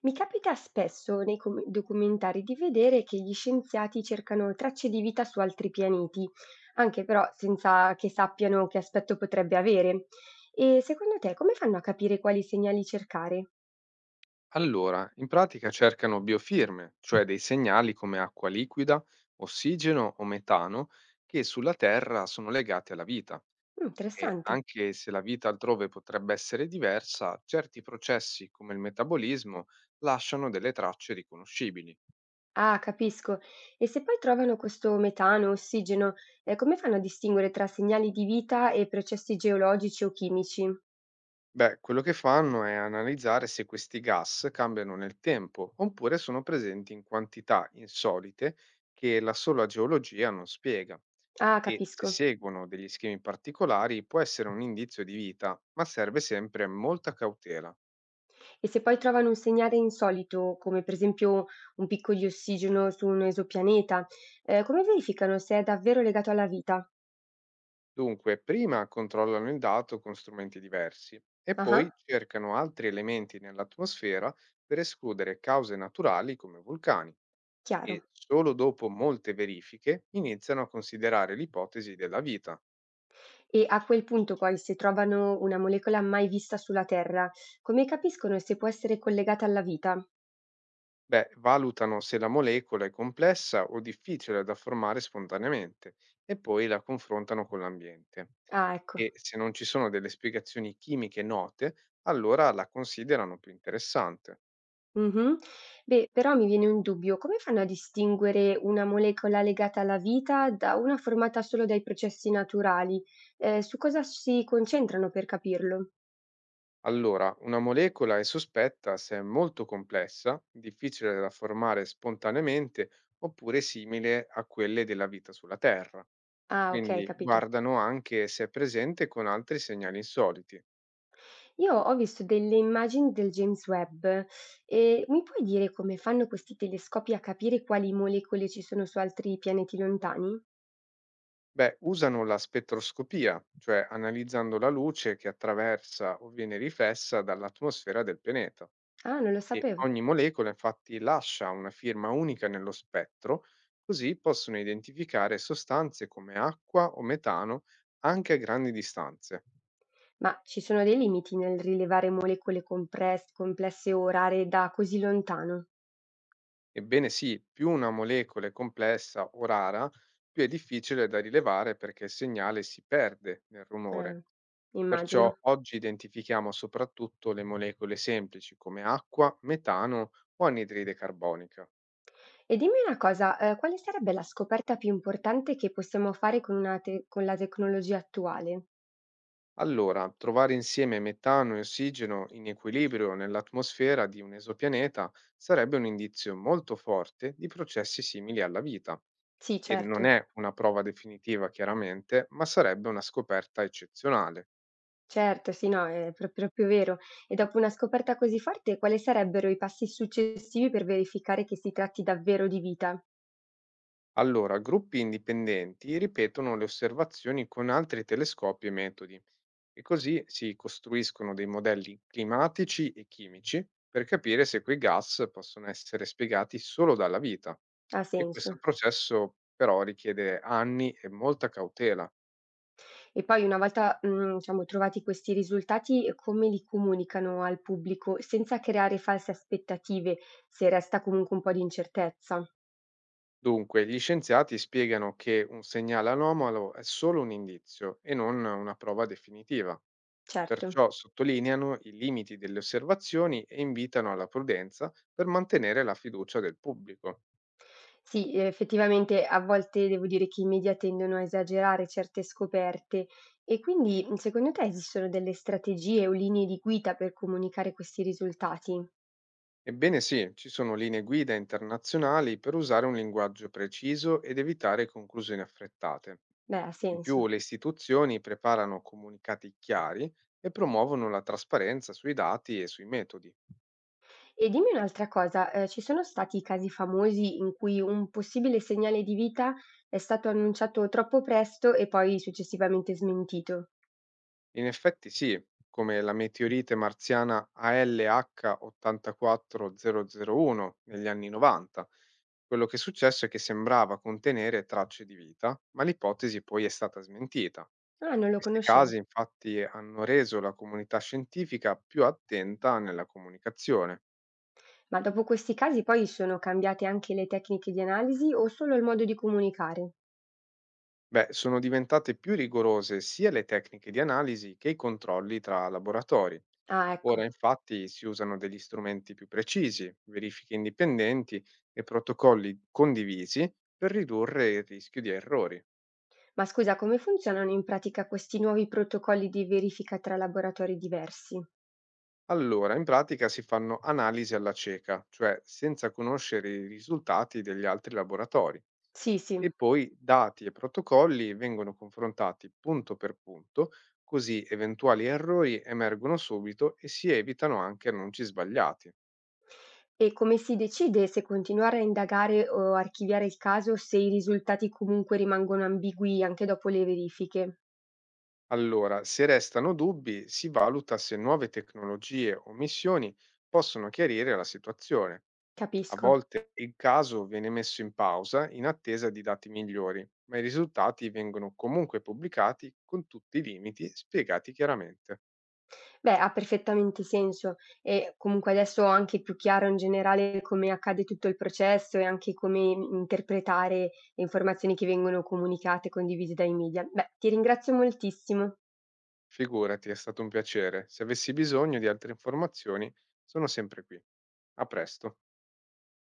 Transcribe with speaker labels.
Speaker 1: Mi capita spesso nei documentari di vedere che gli scienziati cercano tracce di vita su altri pianeti, anche però senza che sappiano che aspetto potrebbe avere. E secondo te come fanno a capire quali segnali cercare?
Speaker 2: Allora, in pratica cercano biofirme, cioè dei segnali come acqua liquida, ossigeno o metano, che sulla Terra sono legati alla vita.
Speaker 1: Mm,
Speaker 2: E
Speaker 1: interessante.
Speaker 2: anche se la vita altrove potrebbe essere diversa, certi processi come il metabolismo lasciano delle tracce riconoscibili.
Speaker 1: Ah, capisco. E se poi trovano questo metano, ossigeno, come fanno a distinguere tra segnali di vita e processi geologici o chimici?
Speaker 2: Beh, quello che fanno è analizzare se questi gas cambiano nel tempo oppure sono presenti in quantità insolite che la sola geologia non spiega.
Speaker 1: Ah,
Speaker 2: E se
Speaker 1: capisco.
Speaker 2: seguono degli schemi particolari può essere un indizio di vita, ma serve sempre molta cautela.
Speaker 1: E se poi trovano un segnale insolito, come per esempio un picco di ossigeno su un esopianeta, come verificano se è davvero legato alla vita?
Speaker 2: Dunque, prima controllano il dato con strumenti diversi e poi
Speaker 1: Ah,
Speaker 2: cercano altri elementi nell'atmosfera per escludere cause naturali come vulcani.
Speaker 1: chiaro.
Speaker 2: E solo dopo molte verifiche iniziano a considerare l'ipotesi della vita.
Speaker 1: E a quel punto poi, se trovano una molecola mai vista sulla Terra, come capiscono se può essere collegata alla vita?
Speaker 2: Beh, valutano se la molecola è complessa o difficile da formare spontaneamente e poi la confrontano con l'ambiente.
Speaker 1: Ah, ecco.
Speaker 2: E se non ci sono delle spiegazioni chimiche note, allora la considerano più interessante.
Speaker 1: Mhm. Beh, però mi viene un dubbio, come fanno a distinguere una molecola legata alla vita da una formata solo dai processi naturali? Su cosa si concentrano per capirlo?
Speaker 2: Allora, una molecola è sospetta se è molto complessa, difficile da formare spontaneamente oppure simile a quelle della vita sulla Terra.
Speaker 1: Ah, ok,
Speaker 2: Quindi
Speaker 1: capito.
Speaker 2: guardano anche se è presente con altri segnali insoliti.
Speaker 1: Io ho visto delle immagini del James Webb e mi puoi dire come fanno questi telescopi a capire quali molecole ci sono su altri pianeti lontani?
Speaker 2: Beh, usano la spettroscopia, cioè analizzando la luce che attraversa o viene riflessa dall'atmosfera del pianeta.
Speaker 1: Ah, non lo
Speaker 2: E
Speaker 1: sapevo.
Speaker 2: ogni molecola infatti lascia una firma unica nello spettro, così possono identificare sostanze come acqua o metano anche a grandi distanze.
Speaker 1: Ma ci sono dei limiti nel rilevare molecole complesse o rare da così lontano?
Speaker 2: Ebbene sì, più una molecola è complessa o rara, più è difficile da rilevare perché il segnale si perde nel rumore.
Speaker 1: Eh,
Speaker 2: Perciò
Speaker 1: immagino.
Speaker 2: oggi identifichiamo soprattutto le molecole semplici come acqua, metano o anidride carbonica.
Speaker 1: E dimmi una cosa, quale sarebbe la scoperta più importante che possiamo fare con con la tecnologia attuale?
Speaker 2: Allora, trovare insieme metano e ossigeno in equilibrio nell'atmosfera di un esopianeta sarebbe un indizio molto forte di processi simili alla vita.
Speaker 1: Sì,
Speaker 2: E non
Speaker 1: certo.
Speaker 2: è una prova definitiva, chiaramente, ma sarebbe una scoperta eccezionale.
Speaker 1: Certo, sì, no, è proprio vero. E dopo una scoperta così forte, quali sarebbero i passi successivi per verificare che si tratti davvero di vita?
Speaker 2: Allora, gruppi indipendenti ripetono le osservazioni con altri telescopi e metodi. E così si costruiscono dei modelli climatici e chimici per capire se quei gas possono essere spiegati solo dalla vita.
Speaker 1: Ha
Speaker 2: E questo
Speaker 1: senso.
Speaker 2: processo però richiede anni e molta cautela.
Speaker 1: E poi una volta, diciamo trovati questi risultati, come li comunicano al pubblico senza creare false aspettative, se resta comunque un po' di incertezza?
Speaker 2: Dunque, gli scienziati spiegano che un segnale anomalo è solo un indizio e non una prova definitiva.
Speaker 1: Certo.
Speaker 2: Perciò sottolineano i limiti delle osservazioni e invitano alla prudenza per mantenere la fiducia del pubblico.
Speaker 1: Sì, effettivamente a volte devo dire che i media tendono a esagerare certe scoperte e quindi secondo te esistono delle strategie o linee di guida per comunicare questi risultati?
Speaker 2: Ebbene sì, ci sono linee guida internazionali per usare un linguaggio preciso ed evitare conclusioni affrettate.
Speaker 1: Beh, ha
Speaker 2: In più
Speaker 1: senso.
Speaker 2: le istituzioni preparano comunicati chiari e promuovono la trasparenza sui dati e sui metodi.
Speaker 1: E dimmi un'altra cosa, ci sono stati casi famosi in cui un possibile segnale di vita è stato annunciato troppo presto e poi successivamente smentito?
Speaker 2: In effetti sì, come la meteorite marziana ALH84001 negli anni 90. Quello che è successo è che sembrava contenere tracce di vita, ma l'ipotesi poi è stata smentita.
Speaker 1: Ah, non lo
Speaker 2: Questi
Speaker 1: conoscevo.
Speaker 2: casi infatti hanno reso la comunità scientifica più attenta nella comunicazione.
Speaker 1: Ma dopo questi casi poi sono cambiate anche le tecniche di analisi o solo il modo di comunicare?
Speaker 2: Beh, sono diventate più rigorose sia le tecniche di analisi che i controlli tra laboratori.
Speaker 1: Ah, ecco.
Speaker 2: Ora infatti si usano degli strumenti più precisi, verifiche indipendenti e protocolli condivisi per ridurre il rischio di errori.
Speaker 1: Ma scusa, come funzionano in pratica questi nuovi protocolli di verifica tra laboratori diversi?
Speaker 2: Allora, in pratica si fanno analisi alla cieca, cioè senza conoscere i risultati degli altri laboratori.
Speaker 1: Sì, sì.
Speaker 2: E poi dati e protocolli vengono confrontati punto per punto, così eventuali errori emergono subito e si evitano anche annunci sbagliati.
Speaker 1: E come si decide se continuare a indagare o archiviare il caso se i risultati comunque rimangono ambigui anche dopo le verifiche?
Speaker 2: Allora, se restano dubbi, si valuta se nuove tecnologie o missioni possono chiarire la situazione. A
Speaker 1: Capisco.
Speaker 2: volte il caso viene messo in pausa in attesa di dati migliori, ma i risultati vengono comunque pubblicati con tutti i limiti spiegati chiaramente.
Speaker 1: Beh, ha perfettamente senso e comunque adesso ho anche più chiaro in generale come accade tutto il processo e anche come interpretare le informazioni che vengono comunicate e condivise dai media. Beh, ti ringrazio moltissimo.
Speaker 2: Figurati, è stato un piacere. Se avessi bisogno di altre informazioni, sono sempre qui. A presto.